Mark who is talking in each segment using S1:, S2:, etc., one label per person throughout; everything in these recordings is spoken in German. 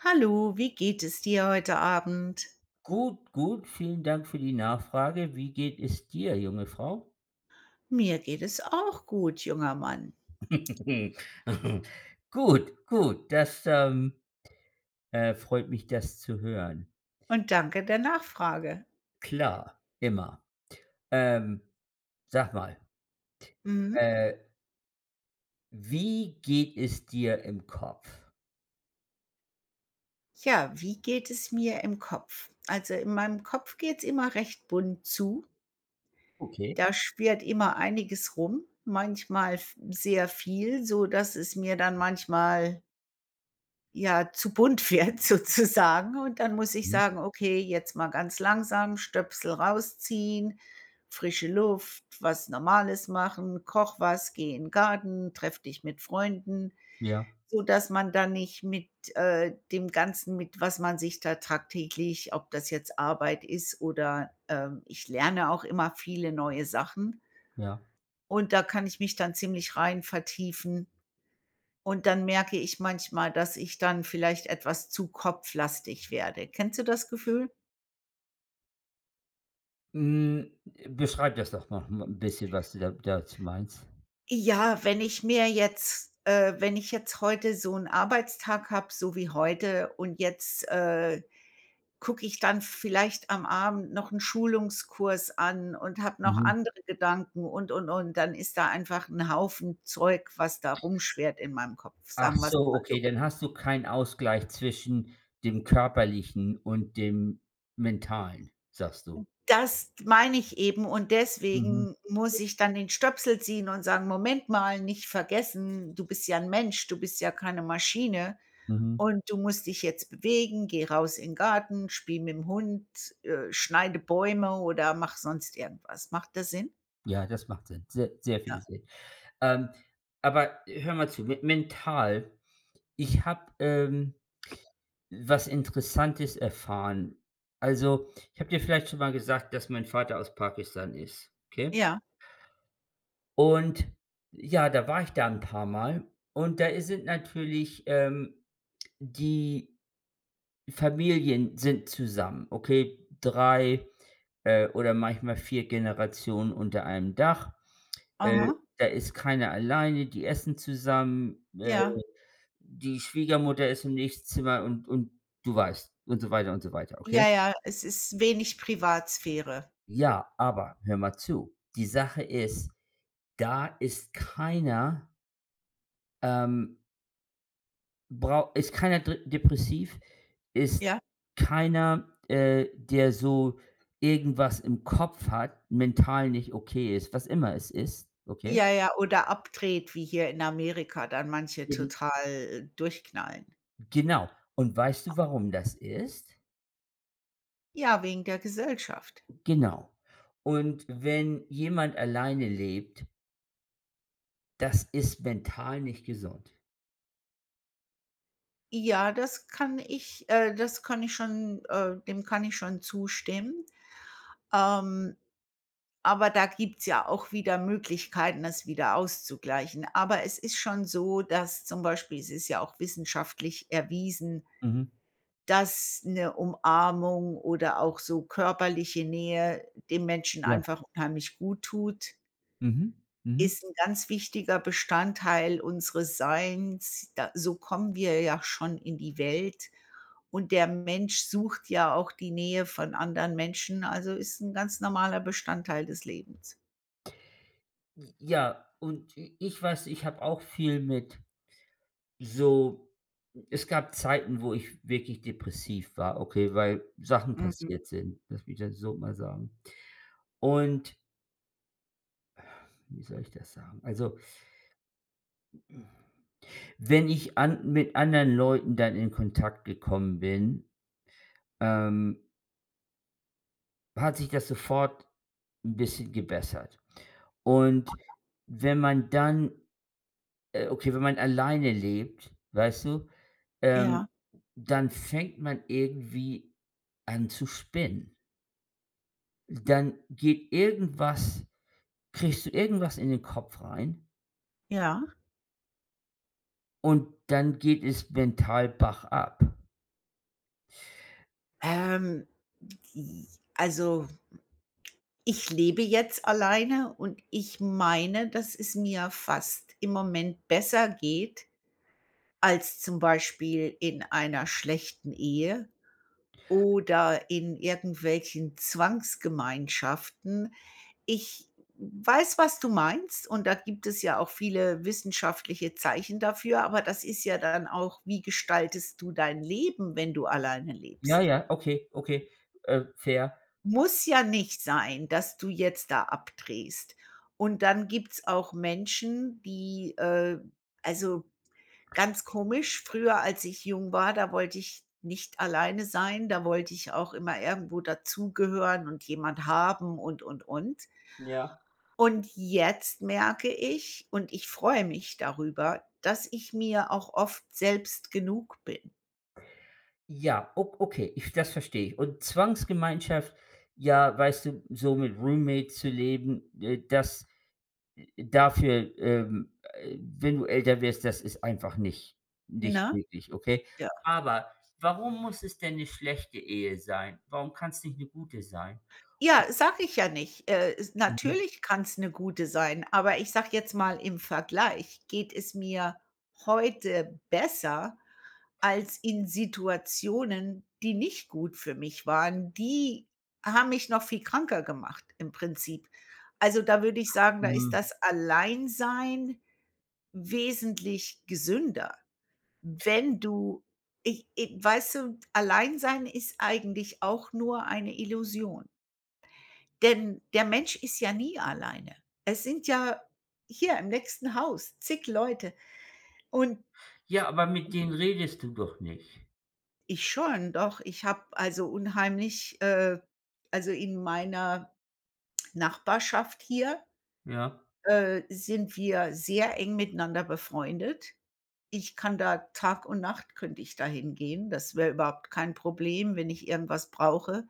S1: Hallo, wie geht es dir heute Abend?
S2: Gut, gut. Vielen Dank für die Nachfrage. Wie geht es dir, junge Frau?
S1: Mir geht es auch gut, junger Mann.
S2: Gut, gut. Freut mich, das zu hören.
S1: Und danke der Nachfrage.
S2: Klar, immer. Ähm, Sag mal,
S1: Mhm.
S2: äh, wie geht es dir im Kopf?
S1: Ja, wie geht es mir im Kopf? Also in meinem Kopf geht es immer recht bunt zu.
S2: Okay.
S1: Da schwirrt immer einiges rum, manchmal sehr viel, so dass es mir dann manchmal ja, zu bunt wird sozusagen. Und dann muss ich
S2: Mhm.
S1: sagen: „Okay, jetzt mal ganz langsam, Stöpsel rausziehen, frische Luft, was Normales machen, koch was, geh in 'n Garten, treff dich mit Freunden“,
S2: Ja,
S1: so dass man dann nicht mit dem Ganzen, mit was man sich da tagtäglich, ob das jetzt Arbeit ist oder, ich lerne auch immer viele neue Sachen
S2: ja.
S1: und da kann ich mich dann ziemlich rein vertiefen. Und dann merke ich manchmal, dass ich dann vielleicht etwas zu kopflastig werde. Kennst du das Gefühl?
S2: Hm, Beschreib das doch noch mal ein bisschen, was du da dazu meinst.
S1: Ja, wenn ich mir jetzt wenn ich jetzt heute so einen Arbeitstag habe, so wie heute und jetzt, gucke ich dann vielleicht am Abend noch einen Schulungskurs an und habe noch
S2: Mhm.
S1: andere Gedanken und, dann ist da einfach ein Haufen Zeug, was da rumschwirrt in meinem Kopf,
S2: Ach
S1: sagen wir es
S2: so,
S1: mal so.
S2: okay, dann hast du keinen Ausgleich zwischen dem Körperlichen und dem Mentalen, sagst du.
S1: Das meine ich eben und
S2: Mhm,
S1: deswegen muss ich dann den Stöpsel ziehen und sagen: „Moment mal, nicht vergessen, du bist ja 'n Mensch, du bist ja keine Maschine
S2: mhm.
S1: und du musst dich jetzt bewegen. Geh raus in 'n Garten, spiel mit'm Hund, schneide Bäume oder mach sonst irgendwas.“ Macht das Sinn?
S2: Ja, das macht Sinn. Sehr, sehr viel
S1: Ja.
S2: Sinn. Ähm, aber hör mal zu, mit mental, ich habe, was Interessantes erfahren. Also, ich habe dir vielleicht schon mal gesagt, dass mein Vater aus Pakistan ist, okay?
S1: Ja.
S2: Und ja, da war ich da ein paar Mal, und da sind natürlich, die Familien sind zusammen, okay? 3 oder manchmal 4 Generationen unter einem Dach. Äh,
S1: Aha.
S2: Da ist keiner alleine, die essen zusammen,
S1: Ja.
S2: die Schwiegermutter ist im nächsten Zimmer, und du weißt, und so weiter, okay?
S1: Ja, ja, es ist wenig Privatsphäre.
S2: Ja, aber hör mal zu. Die Sache ist, da ist keiner, ähm Brau ist keiner dr depressiv, ist
S1: Ja.
S2: keiner, der so irgendwas im Kopf hat, mental nicht okay ist, was immer es ist, okay?
S1: Ja, ja, oder abdreht, wie hier in Amerika dann manche
S2: Gen
S1: total durchknallen.
S2: genau. Und weißt du, warum das ist?
S1: Ja, wegen der Gesellschaft.
S2: Genau. Und wenn jemand alleine lebt, das ist mental nicht gesund.
S1: Ja, das kann ich, das kann ich schon, dem kann ich schon zustimmen. Ähm, aber da gibt's ja auch wieder Möglichkeiten, das wieder auszugleichen. Aber es ist schon so, dass zum Beispiel es ist ja auch wissenschaftlich erwiesen,
S2: Mhm.
S1: dass eine Umarmung oder auch so körperliche Nähe dem Menschen
S2: Ja.
S1: einfach unheimlich gut tut.
S2: Mhm. Mhm.
S1: Ist ein ganz wichtiger Bestandteil unseres Seins. Da so kommen wir ja schon in die Welt und der Mensch sucht ja auch die Nähe von anderen Menschen, also ist ein ganz normaler Bestandteil des Lebens.
S2: Ja, und i ich weiß, ich habe auch viel mit. So, es gab Zeiten, wo ich wirklich depressiv war, okay, weil Sachen
S1: Mhm.
S2: passiert sind. Lass mich das so mal sagen. Und wie soll ich das sagen? Also, wenn ich an mit anderen Leuten dann in Kontakt gekommen bin, ähm, hat sich das sofort ein bisschen gebessert. Und wenn man dann okay, wenn man alleine lebt, weißt du, ähm,
S1: Ja,
S2: dann fängt man irgendwie an zu spinnen. Dann geht irgendwas. Kriegst du irgendwas in den Kopf rein,
S1: ja.
S2: und dann geht es mental Bach ab.
S1: Ähm, j also, ich lebe jetzt alleine und ich meine, dass es mir fast im Moment besser geht als zum Beispiel in einer schlechten Ehe oder in irgendwelchen Zwangsgemeinschaften. Ich weiß, was du meinst und da gibt es ja auch viele wissenschaftliche Zeichen dafür, aber das ist ja dann auch, wie gestaltest du dein Leben, wenn du alleine
S2: Ja,
S1: lebst?
S2: ja, okay, okay, fair.
S1: Muss ja nicht sein, dass du jetzt da abdrehst. Und dann gibt es auch Menschen, die, also Ganz komisch, früher, als ich jung war, da wollte ich nicht alleine sein, da wollte ich auch immer irgendwo dazugehören und jemand haben und, und.
S2: Ja.
S1: Und jetzt merke ich und ich freue mich darüber, dass ich mir auch oft selbst genug bin,
S2: Ja, okay, ich das verstehe ich. Und Zwangsgemeinschaft, ja, weißt du, so mit Roommates zu leben, das dafür, wenn du älter wirst, das ist einfach nicht
S1: ne?
S2: möglich, okay? Aber warum muss es denn eine schlechte Ehe sein? Warum kann es nicht eine gute sein?
S1: Ja, sage ich ja nicht. Es
S2: Mhm.
S1: natürlich kann's 'ne gute sein, aber ich sage jetzt mal im Vergleich geht es mir heute besser als in Situationen, die nicht gut für mich waren. Die haben mich noch viel kranker gemacht im Prinzip. Also, da würde ich sagen, da ist
S2: Mhm.
S1: das Alleinsein wesentlich gesünder. Wenn du ich i Weißt du, Alleinsein ist eigentlich auch nur eine Illusion. Denn der Mensch ist ja nie alleine. Es sind ja hier im nächsten Haus zig Leute und
S2: Ja, aber mit denen redest du doch nicht.
S1: ich schon, doch. Ich habe also unheimlich, also in meiner Nachbarschaft hier,
S2: Ja,
S1: sind wir sehr eng miteinander befreundet. Ich kann da Tag und Nacht Könnte ich dahin gehen. Das wäre überhaupt kein Problem, wenn ich irgendwas brauche.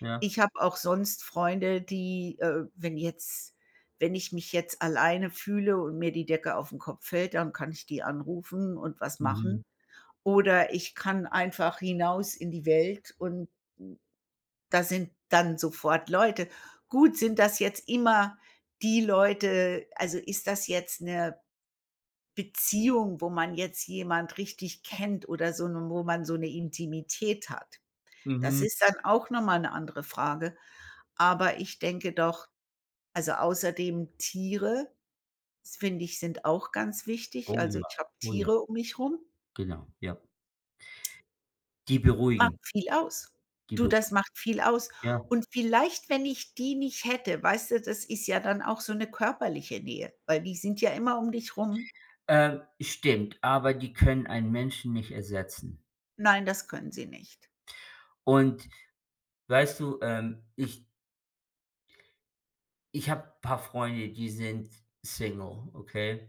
S2: ja.
S1: Ich habe auch sonst Freunde, die, wenn jetzt wenn ich mich jetzt alleine fühle und mir die Decke auf den Kopf fällt, dann kann ich die anrufen und was
S2: Mhm.
S1: machen. Oder ich kann einfach hinaus in die Welt und da sind dann sofort Leute. Gut, sind das jetzt immer die Leute, also ist das jetzt eine Beziehung, wo man jetzt jemand richtig kennt oder so 'ne, wo man so eine Intimität hat? Das
S2: Mhm.
S1: ist dann auch noch mal 'ne andere Frage. Aber ich denke doch, also außerdem Tiere, das finde ich, sind auch ganz wichtig.
S2: Oh ja,
S1: Also, ich habe
S2: oh ja,
S1: Tiere um mich rum,
S2: genau, ja. Die
S1: macht
S2: beruhigen,
S1: viel aus.
S2: die
S1: Du, das
S2: beruhigen,
S1: macht viel aus.
S2: ja.
S1: Und vielleicht, wenn ich die nicht hätte, weißt du, das ist ja dann auch so 'ne körperliche Nähe, weil die sind ja immer um dich rum.
S2: Stimmt, aber die können einen Menschen nicht ersetzen.
S1: Nein, das können sie nicht.
S2: Und weißt du, ich habe ein paar Freunde, die sind Single, okay?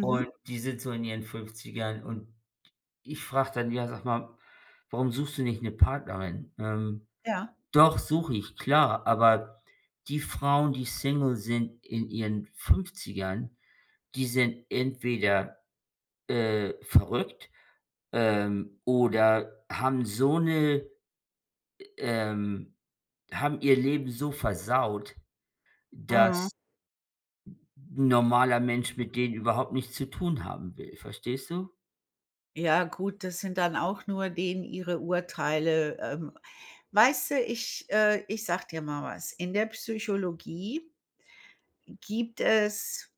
S2: Und die sind so in ihren Fünfzigern, und ich frage dann: „Ja, sag mal, warum suchst du nicht eine Partnerin?"
S1: Ja.
S2: Doch, suche ich, klar, aber die Frauen, die Single sind in ihren Fünfzigern, die sind entweder, verrückt, oder ähm, haben ihr Leben so versaut,
S1: Mhm.
S2: dass 'n normaler Mensch mit denen überhaupt nichts zu tun haben will, verstehst du?
S1: Ja, gut, das sind dann auch nur denen ihre Urteile. Weißt du, ich sage dir mal was, in der Psychologie gibt es,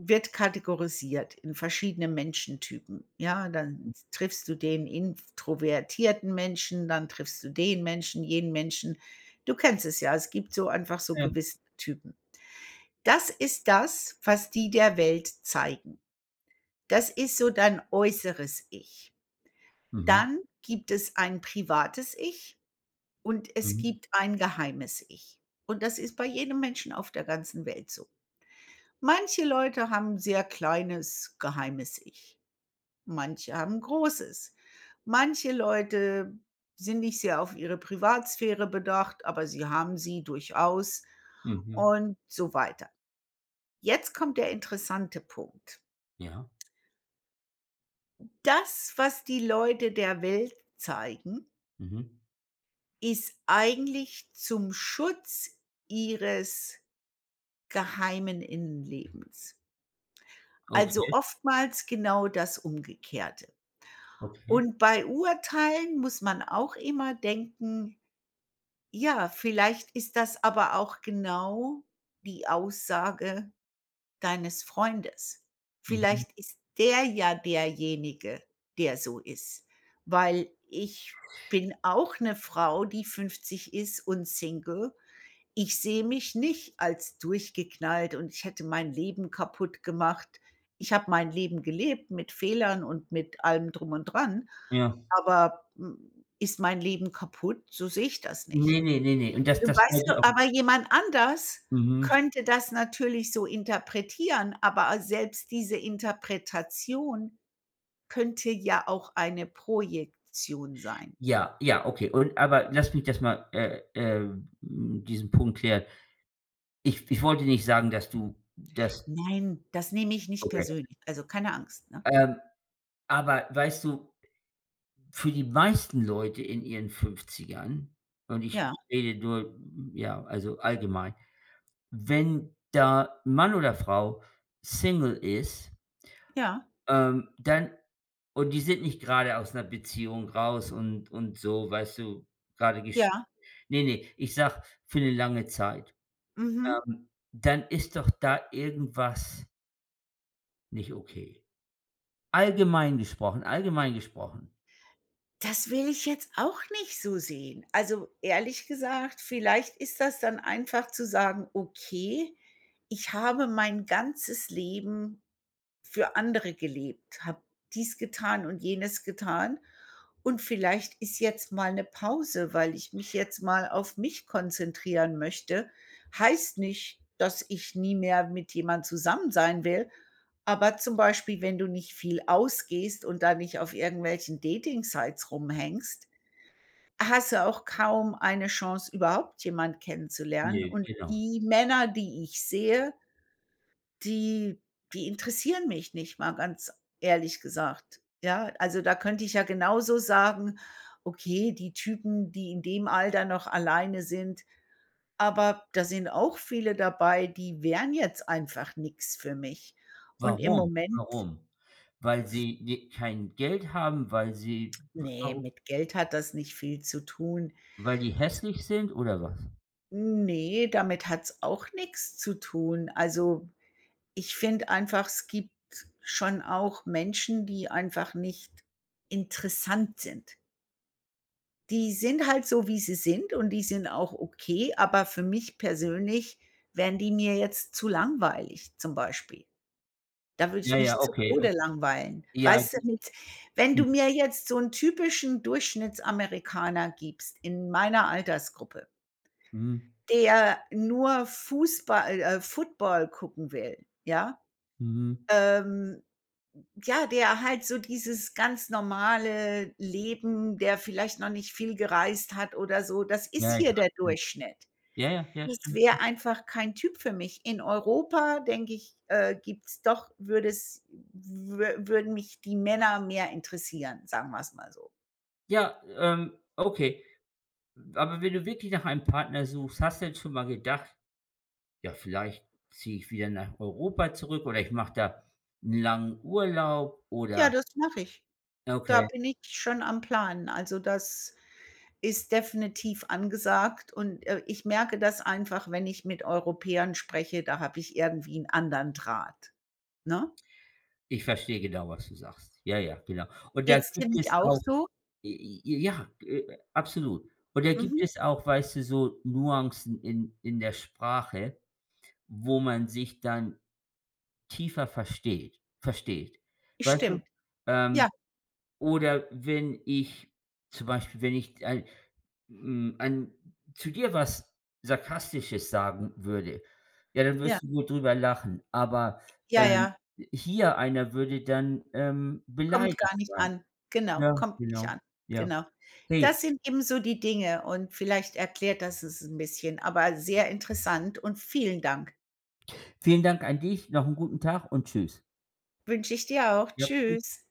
S1: wird kategorisiert in verschiedene Menschentypen. Ja, dann triffst du den introvertierten Menschen, dann triffst du den Menschen, jenen Menschen. Du kennst es ja, es gibt so einfach so
S2: Ja.
S1: gewisse Typen. Das ist das, was die der Welt zeigen. Das ist so dein äußeres Ich.
S2: Mhm,
S1: Dann gibt es ein privates Ich und es
S2: mhm,
S1: gibt ein geheimes Ich. Und das ist bei jedem Menschen auf der ganzen Welt so. Manche Leute haben 'n sehr kleines geheimes Ich. Manche haben Großes. Manche Leute sind nicht sehr auf ihre Privatsphäre bedacht, aber sie haben sie durchaus
S2: mhm,
S1: und so weiter. Jetzt kommt der interessante Punkt.
S2: ja,
S1: Das, was die Leute der Welt zeigen,
S2: mhm.
S1: ist eigentlich zum Schutz ihres geheimen Innenlebens. Also
S2: Okay,
S1: oftmals genau das Umgekehrte.
S2: okay,
S1: Und bei Urteilen muss man auch immer denken, ja, vielleicht ist das aber auch genau die Aussage deines Freundes.
S2: mhm,
S1: Vielleicht ist der ja derjenige, der so ist, weil ich bin auch eine Frau, die 50 ist und Single. Ich sehe mich nicht als durchgeknallt und ich hätte mein Leben kaputt gemacht. Ich habe mein Leben gelebt mit Fehlern und mit allem drum und dran,
S2: ja.
S1: aber, hm, ist mein Leben kaputt? So sehe ich das nicht.
S2: Ne, ne, ne, ne. Und das
S1: Du
S2: das
S1: weißt
S2: wollte ich
S1: du,
S2: auch.
S1: aber jemand anders
S2: Mhm.
S1: könnte das natürlich so interpretieren, aber selbst diese Interpretation könnte ja auch eine Projektion sein.
S2: Ja, ja, okay. Und aber lass mich das mal, diesen Punkt klären. Ich wollte nicht sagen, dass du das.
S1: Nein, das nehme ich nicht
S2: Okay.
S1: persönlich, also keine Angst, ne?
S2: Ähm, aber weißt du, für die meisten Leute in ihren Fünfzigern, und ich
S1: Ja,
S2: rede nur, ja, also allgemein, wenn da Mann oder Frau Single ist,
S1: ja,
S2: dann, und die sind nicht gerade aus einer Beziehung raus und so, weißt du, gerade geschieden.
S1: ja,
S2: Ne, ne, ich sag für eine lange Zeit.
S1: mhm.
S2: Dann ist doch da irgendwas nicht okay. Allgemein gesprochen, allgemein gesprochen.
S1: Das will ich jetzt auch nicht so sehen. Also, ehrlich gesagt, vielleicht ist das dann einfach zu sagen: „Okay, ich habe mein ganzes Leben für andere gelebt, habe dies getan und jenes getan. Und vielleicht ist jetzt mal eine Pause, weil ich mich jetzt mal auf mich konzentrieren möchte. Heißt nicht, dass ich nie mehr mit jemand zusammen sein will, aber zum Beispiel, wenn du nicht viel ausgehst und da nicht auf irgendwelchen Dating-Sites rumhängst, hast du auch kaum eine Chance, überhaupt jemand kennenzulernen.
S2: Ne.
S1: Und
S2: Genau.
S1: die Männer, die ich sehe, die die interessieren mich nicht, mal ganz ehrlich gesagt. Ja, also, da könnte ich ja genauso sagen: „Okay, die Typen, die in dem Alter noch alleine sind“, aber da sind auch viele dabei, die wären jetzt einfach nichts für mich. Und im
S2: Warum?
S1: Moment,
S2: Warum? Weil
S1: f-
S2: sie kein Geld haben, weil sie w
S1: nee,
S2: warum?
S1: mit Geld hat das nicht viel zu tun.
S2: Weil die hässlich sind oder was?
S1: Nee, damit hat's auch nichts zu tun. Also, ich finde einfach, es gibt schon auch Menschen, die einfach nicht interessant sind. Die sind halt so, wie sie sind und die sind auch okay, aber für mich persönlich wären die mir jetzt zu langweilig zum Beispiel. Da würde
S2: Ja,
S1: ich
S2: ja,
S1: mich zu
S2: okay,
S1: Tode
S2: okay.
S1: langweilen.
S2: Ja,
S1: Weißt du, mit, wenn du
S2: mhm,
S1: mir jetzt so 'n typischen Durchschnittsamerikaner gibst in meiner Altersgruppe,
S2: mhm,
S1: der nur Fußball Football gucken will, ja,
S2: mhm.
S1: ähm, ja, der halt so dieses ganz normale Leben, der vielleicht noch nicht viel gereist hat oder so, das ist
S2: Ja, ich
S1: hier
S2: weiß
S1: der
S2: genau.
S1: Durchschnitt.
S2: Ja, ja, ja,
S1: Das
S2: stimmt,
S1: wäre
S2: stimmt.
S1: einfach kein Typ für mich. In Europa, denke ich, gibt's doch würde es wür würden mich die Männer mehr interessieren, sagen wir es mal so.
S2: Ja, okay. Aber wenn du wirklich nach einem Partner suchst, hast du denn schon mal gedacht, ja, vielleicht ziehe ich wieder nach Europa zurück, oder ich mache da einen langen Urlaub,
S1: Ja,
S2: oder.
S1: das mache ich. Da
S2: Okay,
S1: bin ich schon am Planen. Also, das ist definitiv angesagt und, ich merke das einfach, wenn ich mit Europäern spreche, da habe ich irgendwie einen anderen Draht, ne?
S2: ich verstehe genau, was du sagst. Ja, ja, genau. Und da
S1: Geht's dir
S2: gibt
S1: nicht
S2: es
S1: auch
S2: auch
S1: so?
S2: j j ja, absolut. Und da gibt
S1: Mhm,
S2: es auch, weißt du, so Nuancen in der Sprache, wo man sich dann tiefer versteht. Weißt du?
S1: stimmt.
S2: Ähm,
S1: Ja,
S2: oder wenn ich zum Beispiel, wenn ich ein zu dir was Sarkastisches sagen würde, ja, dann
S1: ja,
S2: wirst du wohl drüber lachen, aber,
S1: ja,
S2: ähm,
S1: ja.
S2: hier einer würde dann,
S1: Kommt
S2: beleidigt
S1: gar nicht
S2: sein.
S1: an. Genau,
S2: Ja,
S1: kommt nicht
S2: genau,
S1: an.
S2: ja.
S1: Genau.
S2: Hey,
S1: Das sind eben so die Dinge und vielleicht erklärt das es 'n bisschen, aber sehr interessant und vielen Dank.
S2: vielen Dank an dich, noch einen guten Tag und tschüss.
S1: Wünsche ich dir auch.
S2: Ja.
S1: Tschüss.